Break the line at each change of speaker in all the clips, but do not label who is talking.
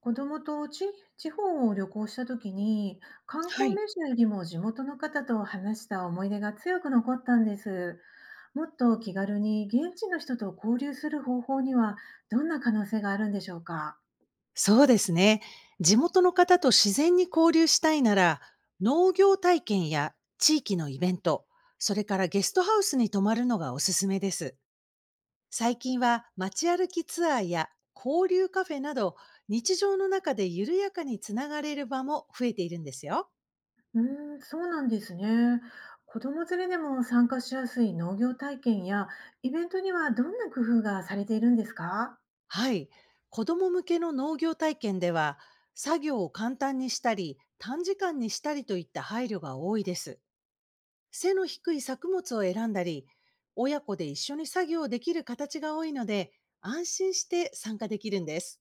子供とち地方を旅行した時に、観
は
光
い。
名所よりも地元の方と話した思い出が強く残ったんです。もっと気軽に現地の人と交流する方法には、どんな可能性があるんでしょうか？
そうですね。地元の方と自然に交流したいなら、農業体験や地域のイベント、それからゲストハウスに泊まるのがおすすめです。最近は街歩きツアーや交流カフェなど、日常の中で緩やかにつながれる場も増えているんですよ。
うそうなんですね。子供連れでも参加しやすい農業体験やイベントにはどんな工夫がされているんですか？
はい。子供向けの農業体験では、作業を簡単にしたり、短時間にしたりといった配慮が多いです。背の低い作物を選んだり、親子で一緒に作業できる形が多いので、安心して参加できるんです。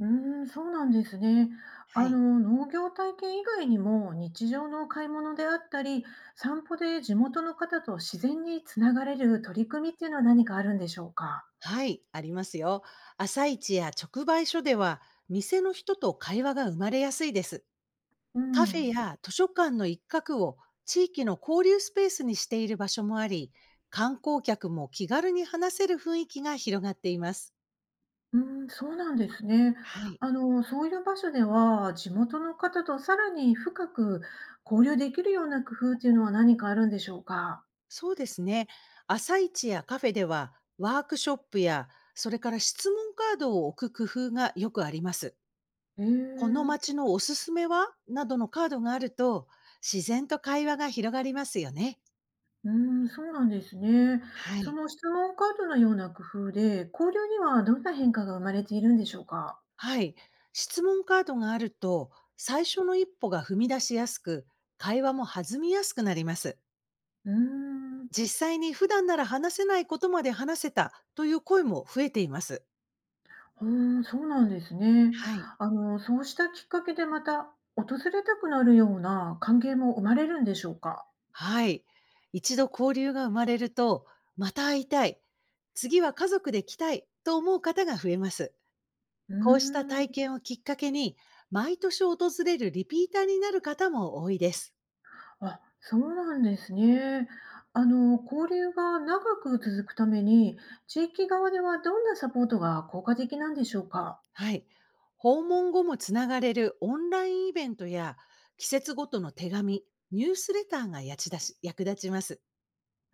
うーそうなんですね。
はい。
農業体験以外にも、日常の買い物であったり、散歩で地元の方と自然につながれる取り組みっていうのは何かあるんでしょうか？
はい、ありますよ。朝市や直売所では、店の人と会話が生まれやすいです。
う
カフェ
ん。
や図書館の一角を地域の交流スペースにしている場所もあり、観光客も気軽に話せる雰囲気が広がっています。
うん、そうなんですね。
はい。
そういう場所では、地元の方とさらに深く交流できるような工夫っていうのは何かあるんでしょうか？
そうですね。朝市やカフェではワークショップやそれから質問カードを置く工夫がよくあります。
へ
この
え。
街のおすすめはなどのカードがあると自然と会話が広がりますよね。
うーそうなんですね。
は
そ
い。
の質問カードのような工夫で、交流にはどんな変化が生まれているんでしょうか？
はい。質問カードがあると最初の一歩が踏み出しやすく会話も弾みやすくなります。
うーん。
実際に普段なら話せないことまで話せたという声も増えています。
うそうなんですね。
はい。
そうしたきっかけでまた訪れたくなるような関係も生まれるんでしょうか？
はい。一度交流が生まれると、また会いたい、次は家族で来たいと思う方が増えます。
う
こうした
ー
体
ん。
験をきっかけに、毎年訪れるリピーターになる方も多いです。
あ、そうなんですね。交流が長く続くために、地域側ではどんなサポートが効果的なんでしょうか？
はい。訪問後もつながれるオンラインイベントや、季節ごとの手紙、ニュースレターがやちだし役立ちます。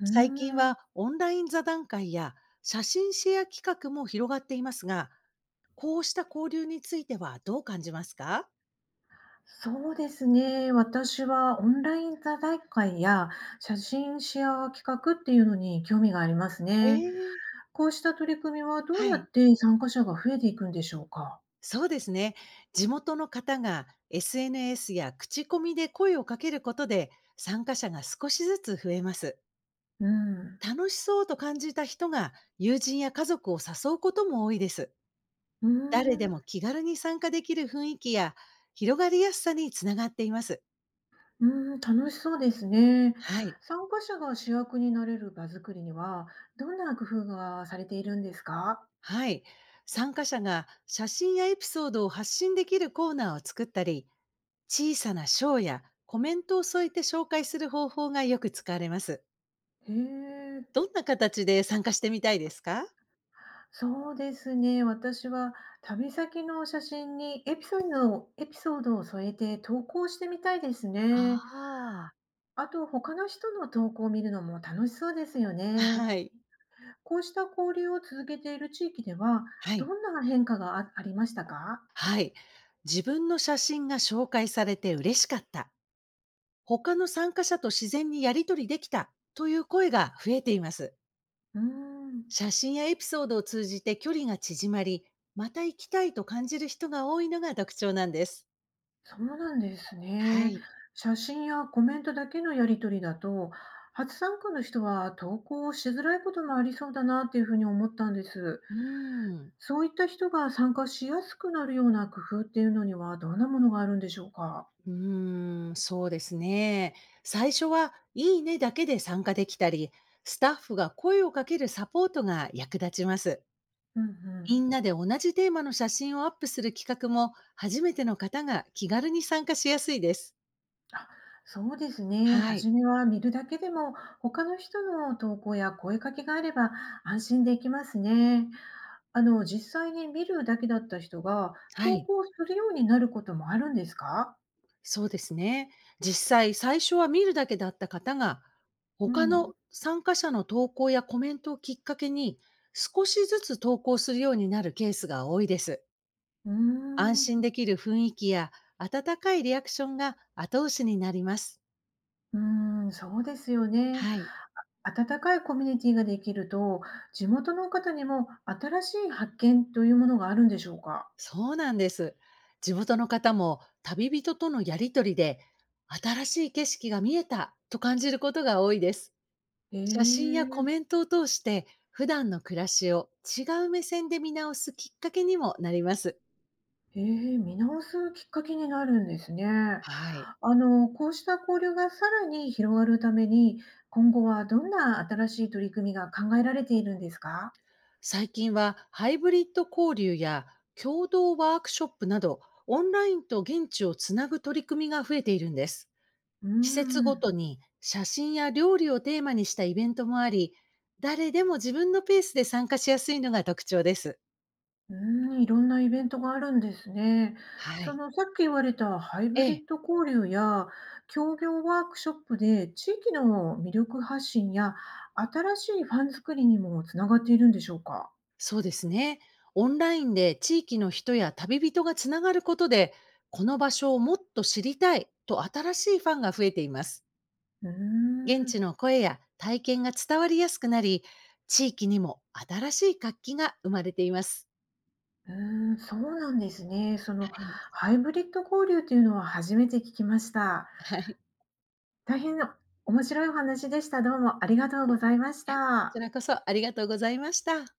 うー
最近
ん。
はオンライン座談会や写真シェア企画も広がっていますが、こうした交流についてはどう感じますか？
そうですね。私はオンライン座談会や写真シェア企画っていうのに興味があります
え
ね。
え、
こうした取り組みはどう
は
やっ
い。
て参加者が増えていくんでしょうか。
そうですね。地元の方が SNS や口コミで声をかけることで、参加者が少しずつ増えます。
うん。
楽しそうと感じた人が友人や家族を誘うことも多いです。
うー
誰でも
ん。
気軽に参加できる雰囲気や広がりやすさにつながっています。
うーん、楽しそうですね。
はい。
参加者が主役になれる場作りには、どんな工夫がされているんですか？
はい。参加者が写真やエピソードを発信できるコーナーを作ったり、小さな賞やコメントを添えて紹介する方法がよく使われます。
へえ。
どんな形で参加してみたいですか？
そうですね。私は旅先の写真にエピソードを添えて投稿してみたいですね。
ああ。
あと、他の人の投稿を見るのも楽しそうですよね。
はい。
こうした交流を続けている地域では、
は
ど
い。
んな変化があありましたか？
はい。自分の写真が紹介されて嬉しかった。他の参加者と自然にやり取りできたという声が増えています。
うーん、
写真やエピソードを通じて距離が縮まり、また行きたいと感じる人が多いのが特徴なんです。
そうなんです
は
ね。
い。
写真やコメントだけのやり取りだと、初参加の人は投稿をしづらいこともありそうだなっていうふうに思ったんです。
うーん。
そういった人が参加しやすくなるような工夫っていうのにはどんなものがあるんでしょうか？
うーん、そうですね。最初は、いいねだけで参加できたり、スタッフが声をかけるサポートが役立ちます。
うんう
み
ん。
んなで同じテーマの写真をアップする企画も、初めての方が気軽に参加しやすいです。
あ、そうですね。
はい。
初めは見るだけでも、他の人の投稿や声かけがあれば安心できますね。実際に見るだけだった人が
は
投
い。
稿するようになることもあるんですか？
そうですね。実際、最初は見るだけだった方が、
う
他
ん。
の参加者の投稿やコメントをきっかけに、少しずつ投稿するようになるケースが多いです。
うー
安
ん。
心できる雰囲気や温かいリアクションが後押しになります。
うーん、そうですよね。
はい、
温かいコミュニティができると、地元の方にも新しい発見というものがあるんでしょうか？
そうなんです。地元の方も旅人とのやりとりで新しい景色が見えたと感じることが多いです。
へ
写真やコ
え。
メントを通して普段の暮らしを違う目線で見直すきっかけにもなります。
へえ、見直すきっかけになるんですね。
はい。
こうした交流がさらに広がるために、今後はどんな新しい取り組みが考えられているんですか？
最近はハイブリッド交流や共同ワークショップなどオンラインと現地をつなぐ取り組みが増えているんです。
うー
施設ご
ん。
とに写真や料理をテーマにしたイベントもあり、誰でも自分のペースで参加しやすいのが特徴です。
うーん、いろんなイベントがあるんですね。
はい。
さっき言われたハイブ
ええ、
リッド交流や協業ワークショップで、地域の魅力発信や新しいファン作りにもつながっているんでしょうか？
そうですね。オンラインで地域の人や旅人がつながることで、この場所をもっと知りたいと新しいファンが増えています。
うー
現
ん。
地の声や体験が伝わりやすくなり、地域にも新しい活気が生まれています。
うーん、そうなんですね。その
はい。
ハイブリッド交流というのは初めて聞きました。
はい。
大変面白いお話でした。どうもありがとうございまし
いやこち
た。
らこそありがとうございました。